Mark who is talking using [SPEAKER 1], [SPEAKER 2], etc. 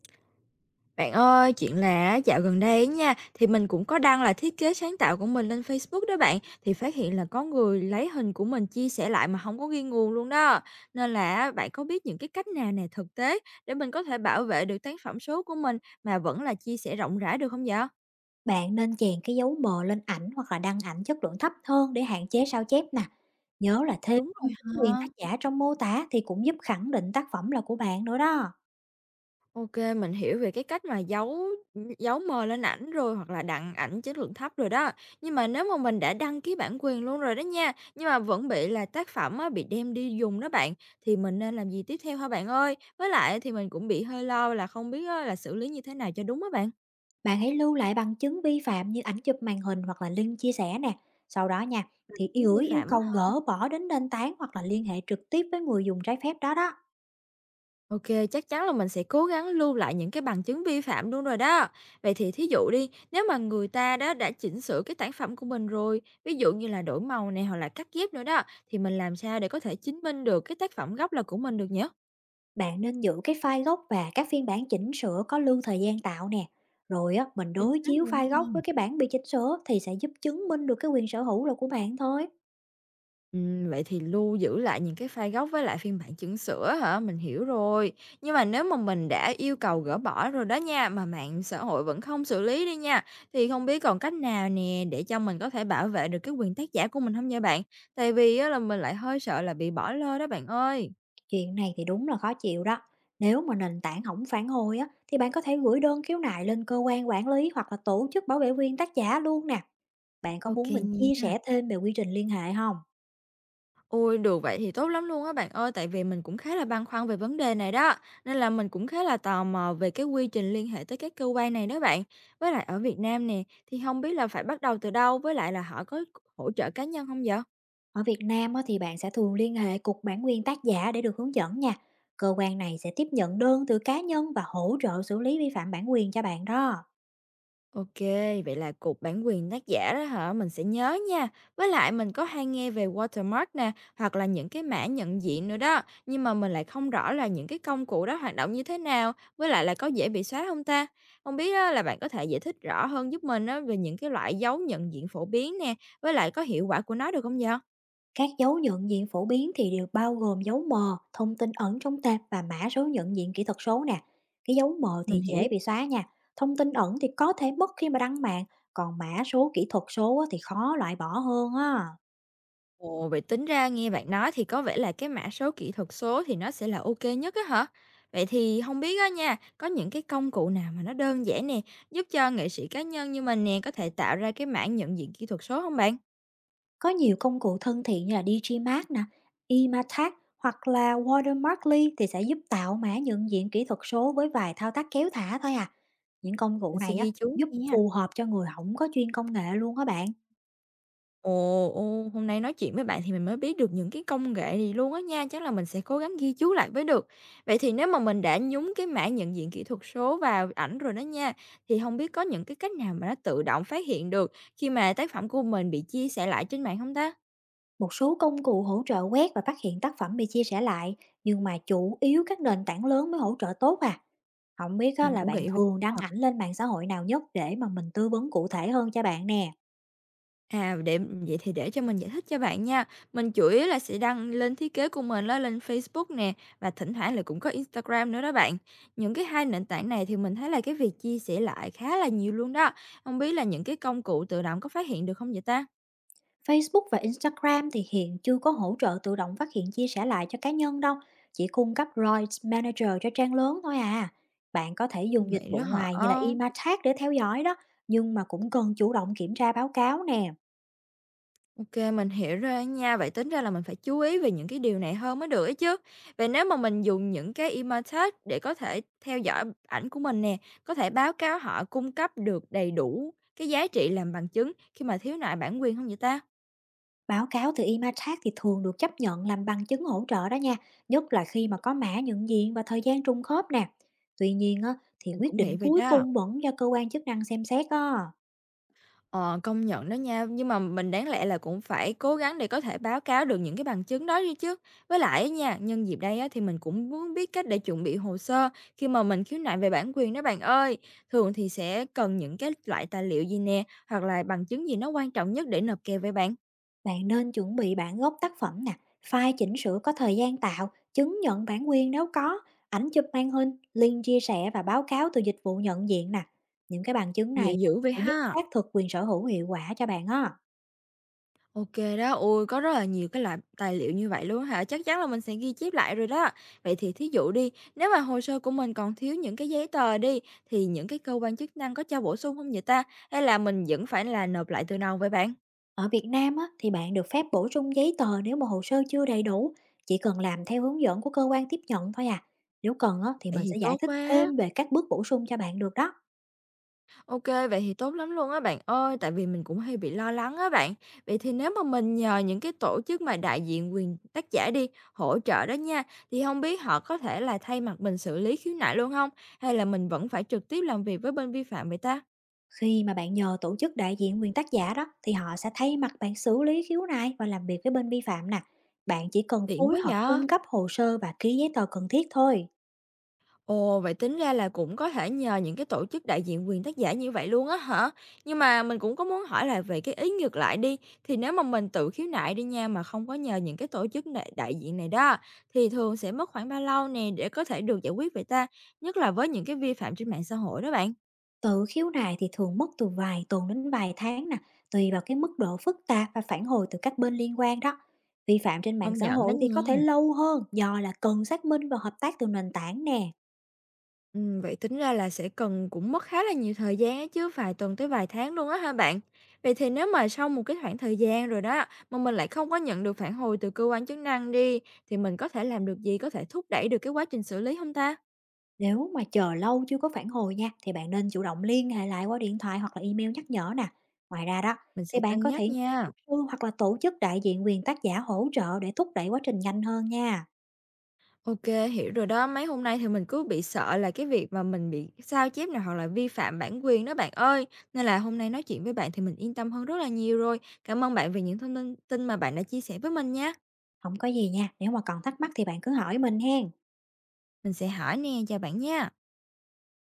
[SPEAKER 1] Bạn ơi, chuyện là á, dạo gần đây á nha, thì mình cũng có đăng là thiết kế sáng tạo của mình lên Facebook đó bạn, thì phát hiện là có người lấy hình của mình chia sẻ lại mà không có ghi nguồn luôn đó. Nên là á, bạn có biết những cái cách nào nè thực tế để mình có thể bảo vệ được tác phẩm số của mình mà vẫn là chia sẻ rộng rãi được không vậy?
[SPEAKER 2] Bạn nên chèn cái dấu mờ lên ảnh hoặc là đăng ảnh chất lượng thấp hơn để hạn chế sao chép nè. Nhớ là thêm
[SPEAKER 1] Đúng rồi
[SPEAKER 2] quyền
[SPEAKER 1] ha.
[SPEAKER 2] tác giả trong mô tả thì cũng giúp khẳng định tác phẩm là của bạn nữa đó.
[SPEAKER 1] OK, mình hiểu về cái cách mà giấu mờ lên ảnh rồi, hoặc là đăng ảnh chất lượng thấp rồi đó. Nhưng mà nếu mà mình đã đăng ký bản quyền luôn rồi đó nha, nhưng mà vẫn bị là tác phẩm á, bị đem đi dùng đó bạn, thì mình nên làm gì tiếp theo hả bạn ơi? Với lại thì mình cũng bị hơi lo là không biết á, là xử lý như thế nào cho đúng á bạn?
[SPEAKER 2] Bạn hãy lưu lại bằng chứng vi phạm như ảnh chụp màn hình hoặc là link chia sẻ nè. Sau đó nha, thì
[SPEAKER 1] Chứng vi
[SPEAKER 2] gửi yêu
[SPEAKER 1] phạm.
[SPEAKER 2] cầu gỡ bỏ đến nền tảng hoặc là liên hệ trực tiếp với người dùng trái phép đó đó.
[SPEAKER 1] OK, chắc chắn là mình sẽ cố gắng lưu lại những cái bằng chứng vi phạm luôn rồi đó. Vậy thì thí dụ đi, nếu mà người ta đó đã chỉnh sửa cái sản phẩm của mình rồi, ví dụ như là đổi màu này hoặc là cắt ghép nữa đó, thì mình làm sao để có thể chứng minh được cái tác phẩm gốc là của mình được nhỉ?
[SPEAKER 2] Bạn nên giữ cái file gốc và các phiên bản chỉnh sửa có lưu thời gian tạo nè. Rồi á, mình
[SPEAKER 1] Chính
[SPEAKER 2] đối
[SPEAKER 1] xác
[SPEAKER 2] chiếu
[SPEAKER 1] rồi.
[SPEAKER 2] file gốc với cái bản bị chỉnh sửa thì sẽ giúp chứng minh được cái quyền sở hữu là của bạn thôi.
[SPEAKER 1] Vậy thì lưu giữ lại những cái file gốc với lại phiên bản chỉnh sửa hả? Mình hiểu rồi. Nhưng mà nếu mà mình đã yêu cầu gỡ bỏ rồi đó nha, mà mạng xã hội vẫn không xử lý đi nha, thì không biết còn cách nào nè để cho mình có thể bảo vệ được cái quyền tác giả của mình không nha bạn? Tại vì á là mình lại hơi sợ là bị bỏ lơ đó bạn ơi.
[SPEAKER 2] Chuyện này thì đúng là khó chịu đó. Nếu mà nền tảng hổng phản hồi á, thì bạn có thể gửi đơn khiếu nại lên cơ quan quản lý hoặc là tổ chức bảo vệ quyền tác giả luôn nè. Bạn có
[SPEAKER 1] OK
[SPEAKER 2] muốn
[SPEAKER 1] kê
[SPEAKER 2] mình chia
[SPEAKER 1] nha.
[SPEAKER 2] sẻ thêm về quy trình liên hệ không?
[SPEAKER 1] Ôi, được vậy thì tốt lắm luôn á bạn ơi, tại vì mình cũng khá là băn khoăn về vấn đề này đó, nên là mình cũng khá là tò mò về cái quy trình liên hệ tới các cơ quan này đó bạn. Với lại ở Việt Nam nè, thì không biết là phải bắt đầu từ đâu, với lại là họ có hỗ trợ cá nhân không vậy?
[SPEAKER 2] Ở Việt Nam á, thì bạn sẽ thường liên hệ Cục Bản quyền tác giả để được hướng dẫn nha. Cơ quan này sẽ tiếp nhận đơn từ cá nhân và hỗ trợ xử lý vi phạm bản quyền cho bạn đó.
[SPEAKER 1] OK, vậy là cục bản quyền tác giả đó hả? Mình sẽ nhớ nha. Với lại mình có hay nghe về watermark nè, hoặc là những cái mã nhận diện nữa đó, nhưng mà mình lại không rõ là những cái công cụ đó hoạt động như thế nào, với lại là có dễ bị xóa không ta? Không biết á là bạn có thể giải thích rõ hơn giúp mình á về những cái loại dấu nhận diện phổ biến nè, với lại có hiệu quả của nó được không vậy?
[SPEAKER 2] Các dấu nhận diện phổ biến thì đều bao gồm dấu mờ, thông tin ẩn trong tên và mã số nhận diện kỹ thuật số nè. Cái dấu mờ
[SPEAKER 1] Mình
[SPEAKER 2] thì
[SPEAKER 1] hiểu.
[SPEAKER 2] dễ bị xóa nha. Thông tin ẩn thì có thể mất khi mà đăng mạng, còn mã số kỹ thuật số á thì khó loại bỏ hơn á.
[SPEAKER 1] Ồ, vậy tính ra nghe bạn nói thì có vẻ là cái mã số kỹ thuật số thì nó sẽ là OK nhất á hả? Vậy thì không biết á nha, có những cái công cụ nào mà nó đơn giản nè, giúp cho nghệ sĩ cá nhân như mình nè có thể tạo ra cái mã nhận diện kỹ thuật số không bạn?
[SPEAKER 2] Có nhiều công cụ thân thiện như là Digimark nè, Imatag hoặc là Watermarkly thì sẽ giúp tạo mã nhận diện kỹ thuật số với vài thao tác kéo thả thôi à. Những công cụ
[SPEAKER 1] Mình sẽ
[SPEAKER 2] này á
[SPEAKER 1] ghi chú
[SPEAKER 2] giúp
[SPEAKER 1] nha.
[SPEAKER 2] phù hợp cho người không có chuyên công nghệ luôn á bạn.
[SPEAKER 1] Ồ, hôm nay nói chuyện với bạn thì mình mới biết được những cái công nghệ này luôn á nha, chắc là mình sẽ cố gắng ghi chú lại mới được. Vậy thì nếu mà mình đã nhúng cái mã nhận diện kỹ thuật số vào ảnh rồi đó nha, thì không biết có những cái cách nào mà nó tự động phát hiện được khi mà tác phẩm của mình bị chia sẻ lại trên mạng không ta?
[SPEAKER 2] Một số công cụ hỗ trợ quét và phát hiện tác phẩm bị chia sẻ lại, nhưng mà chủ yếu các nền tảng lớn mới hỗ trợ tốt à. Không biết á,
[SPEAKER 1] Mình
[SPEAKER 2] là
[SPEAKER 1] cũng
[SPEAKER 2] bạn
[SPEAKER 1] nghĩ vậy.
[SPEAKER 2] thường đăng ảnh lên mạng xã hội nào nhất để mà mình tư vấn cụ thể hơn cho bạn nè.
[SPEAKER 1] À, để vậy thì để cho mình giải thích cho bạn nha. Mình chủ yếu là sẽ đăng lên thiết kế của mình đó lên Facebook nè, và thỉnh thoảng là cũng có Instagram nữa đó bạn. Những cái hai nền tảng này thì mình thấy là cái việc chia sẻ lại khá là nhiều luôn đó. Không biết là những cái công cụ tự động có phát hiện được không vậy ta?
[SPEAKER 2] Facebook và Instagram thì hiện chưa có hỗ trợ tự động phát hiện chia sẻ lại cho cá nhân đâu, chỉ cung cấp Rights Manager cho trang lớn thôi à. Bạn có thể dùng dịch
[SPEAKER 1] Vậy đó
[SPEAKER 2] vụ
[SPEAKER 1] hả?
[SPEAKER 2] ngoài như là Imatag để theo dõi đó, nhưng mà cũng cần chủ động kiểm tra báo cáo nè.
[SPEAKER 1] OK, mình hiểu rồi á nha. Vậy tính ra là mình phải chú ý về những cái điều này hơn mới được ấy chứ. Vậy nếu mà mình dùng những cái emoticon để có thể theo dõi ảnh của mình nè, có thể báo cáo họ cung cấp được đầy đủ cái giá trị làm bằng chứng khi mà thiếu nại bản quyền không vậy ta?
[SPEAKER 2] Báo cáo từ Imatag thì thường được chấp nhận làm bằng chứng hỗ trợ đó nha, nhất là khi mà có mã nhận diện và thời gian trùng khớp nè. Tuy nhiên á, thì
[SPEAKER 1] Mình
[SPEAKER 2] quyết
[SPEAKER 1] cũng
[SPEAKER 2] định
[SPEAKER 1] nghĩ vậy
[SPEAKER 2] cuối
[SPEAKER 1] đó.
[SPEAKER 2] cùng vẫn do cơ quan chức năng xem xét á.
[SPEAKER 1] Ờ, công nhận đó nha, nhưng mà mình đáng lẽ là cũng phải cố gắng để có thể báo cáo được những cái bằng chứng đó đi chứ. Với lại á nha, nhân dịp đây á, thì mình cũng muốn biết cách để chuẩn bị hồ sơ khi mà mình khiếu nại về bản quyền đó bạn ơi. Thường thì sẽ cần những cái loại tài liệu gì nè, hoặc là bằng chứng gì nó quan trọng nhất để nộp kèo với bạn?
[SPEAKER 2] Bạn nên chuẩn bị bản gốc tác phẩm nè, file chỉnh sửa có thời gian tạo, chứng nhận bản quyền nếu có, ảnh chụp màn hình, link chia sẻ và báo cáo từ dịch vụ nhận diện nè. Những cái bằng chứng
[SPEAKER 1] Nhiều
[SPEAKER 2] này
[SPEAKER 1] dữ vậy
[SPEAKER 2] sẽ giúp
[SPEAKER 1] ha.
[SPEAKER 2] xác thực quyền sở hữu hiệu quả cho bạn á.
[SPEAKER 1] OK đó. Ôi, có rất là nhiều cái loại tài liệu như vậy luôn hả? Chắc chắn là mình sẽ ghi chép lại rồi đó. Vậy thì thí dụ đi, nếu mà hồ sơ của mình còn thiếu những cái giấy tờ đi, thì những cái cơ quan chức năng có cho bổ sung không vậy ta? Hay là mình vẫn phải là nộp lại từ đầu vậy bạn?
[SPEAKER 2] Ở Việt Nam á, thì bạn được phép bổ sung giấy tờ nếu mà hồ sơ chưa đầy đủ, chỉ cần làm theo hướng dẫn của cơ quan tiếp nhận thôi à. Nếu cần á, thì
[SPEAKER 1] Vậy
[SPEAKER 2] mình
[SPEAKER 1] thì
[SPEAKER 2] sẽ
[SPEAKER 1] tốt
[SPEAKER 2] giải thích
[SPEAKER 1] quá.
[SPEAKER 2] thêm về các bước bổ sung cho bạn được đó.
[SPEAKER 1] OK, vậy thì tốt lắm luôn á bạn ơi, tại vì mình cũng hay bị lo lắng á bạn. Vậy thì nếu mà mình nhờ những cái tổ chức mà đại diện quyền tác giả đi, hỗ trợ đó nha, thì không biết họ có thể là thay mặt mình xử lý khiếu nại luôn không, hay là mình vẫn phải trực tiếp làm việc với bên vi phạm vậy ta?
[SPEAKER 2] Khi mà bạn nhờ tổ chức đại diện quyền tác giả đó thì họ sẽ thay mặt bạn xử lý khiếu nại và làm việc với bên vi phạm nè. Bạn chỉ cần
[SPEAKER 1] Tiện
[SPEAKER 2] phối
[SPEAKER 1] quá
[SPEAKER 2] hợp
[SPEAKER 1] vậy!
[SPEAKER 2] cung cấp hồ sơ và ký giấy tờ cần thiết thôi.
[SPEAKER 1] Ồ, vậy tính ra là cũng có thể nhờ những cái tổ chức đại diện quyền tác giả như vậy luôn á hả? Nhưng mà mình cũng có muốn hỏi là về cái ý ngược lại đi, thì nếu mà mình tự khiếu nại đi nha mà không có nhờ những cái tổ chức đại diện này đó, thì thường sẽ mất khoảng bao lâu nè để có thể được giải quyết vậy ta? Nhất là với những cái vi phạm trên mạng xã hội đó bạn.
[SPEAKER 2] Tự khiếu nại thì thường mất từ vài tuần đến vài tháng nè, tùy vào cái mức độ phức tạp và phản hồi từ các bên liên quan đó. Vi phạm trên mạng
[SPEAKER 1] Công
[SPEAKER 2] xã
[SPEAKER 1] nhận đó
[SPEAKER 2] hội thì có thể
[SPEAKER 1] nha.
[SPEAKER 2] lâu hơn do là cần xác minh và hợp tác từ nền tảng nè.
[SPEAKER 1] Vậy tính ra là sẽ cần cũng mất khá là nhiều thời gian ấy chứ, vài tuần tới vài tháng luôn á ha bạn. Vậy thì nếu mà sau một cái khoảng thời gian rồi đó, mà mình lại không có nhận được phản hồi từ cơ quan chức năng đi, thì mình có thể làm được gì, có thể thúc đẩy được cái quá trình xử lý không ta?
[SPEAKER 2] Nếu mà chờ lâu chưa có phản hồi nha thì bạn nên chủ động liên hệ lại qua điện thoại hoặc là email nhắc nhở nè. Ngoài ra đó
[SPEAKER 1] Mình sẽ
[SPEAKER 2] thì bạn
[SPEAKER 1] cân
[SPEAKER 2] có
[SPEAKER 1] nhắc
[SPEAKER 2] thể nhờ
[SPEAKER 1] nha.
[SPEAKER 2] luật sư hoặc là tổ chức đại diện quyền tác giả hỗ trợ để thúc đẩy quá trình nhanh hơn nha.
[SPEAKER 1] OK, hiểu rồi đó. Mấy hôm nay thì mình cứ bị sợ là cái việc mà mình bị sao chép này hoặc là vi phạm bản quyền đó bạn ơi, nên là hôm nay nói chuyện với bạn thì mình yên tâm hơn rất là nhiều rồi. Cảm ơn bạn vì những thông tin tin mà bạn đã chia sẻ với mình nha.
[SPEAKER 2] Không có gì nha, nếu mà còn thắc mắc thì bạn cứ hỏi mình hen.
[SPEAKER 1] Mình sẽ hỏi nè, chào bạn nha.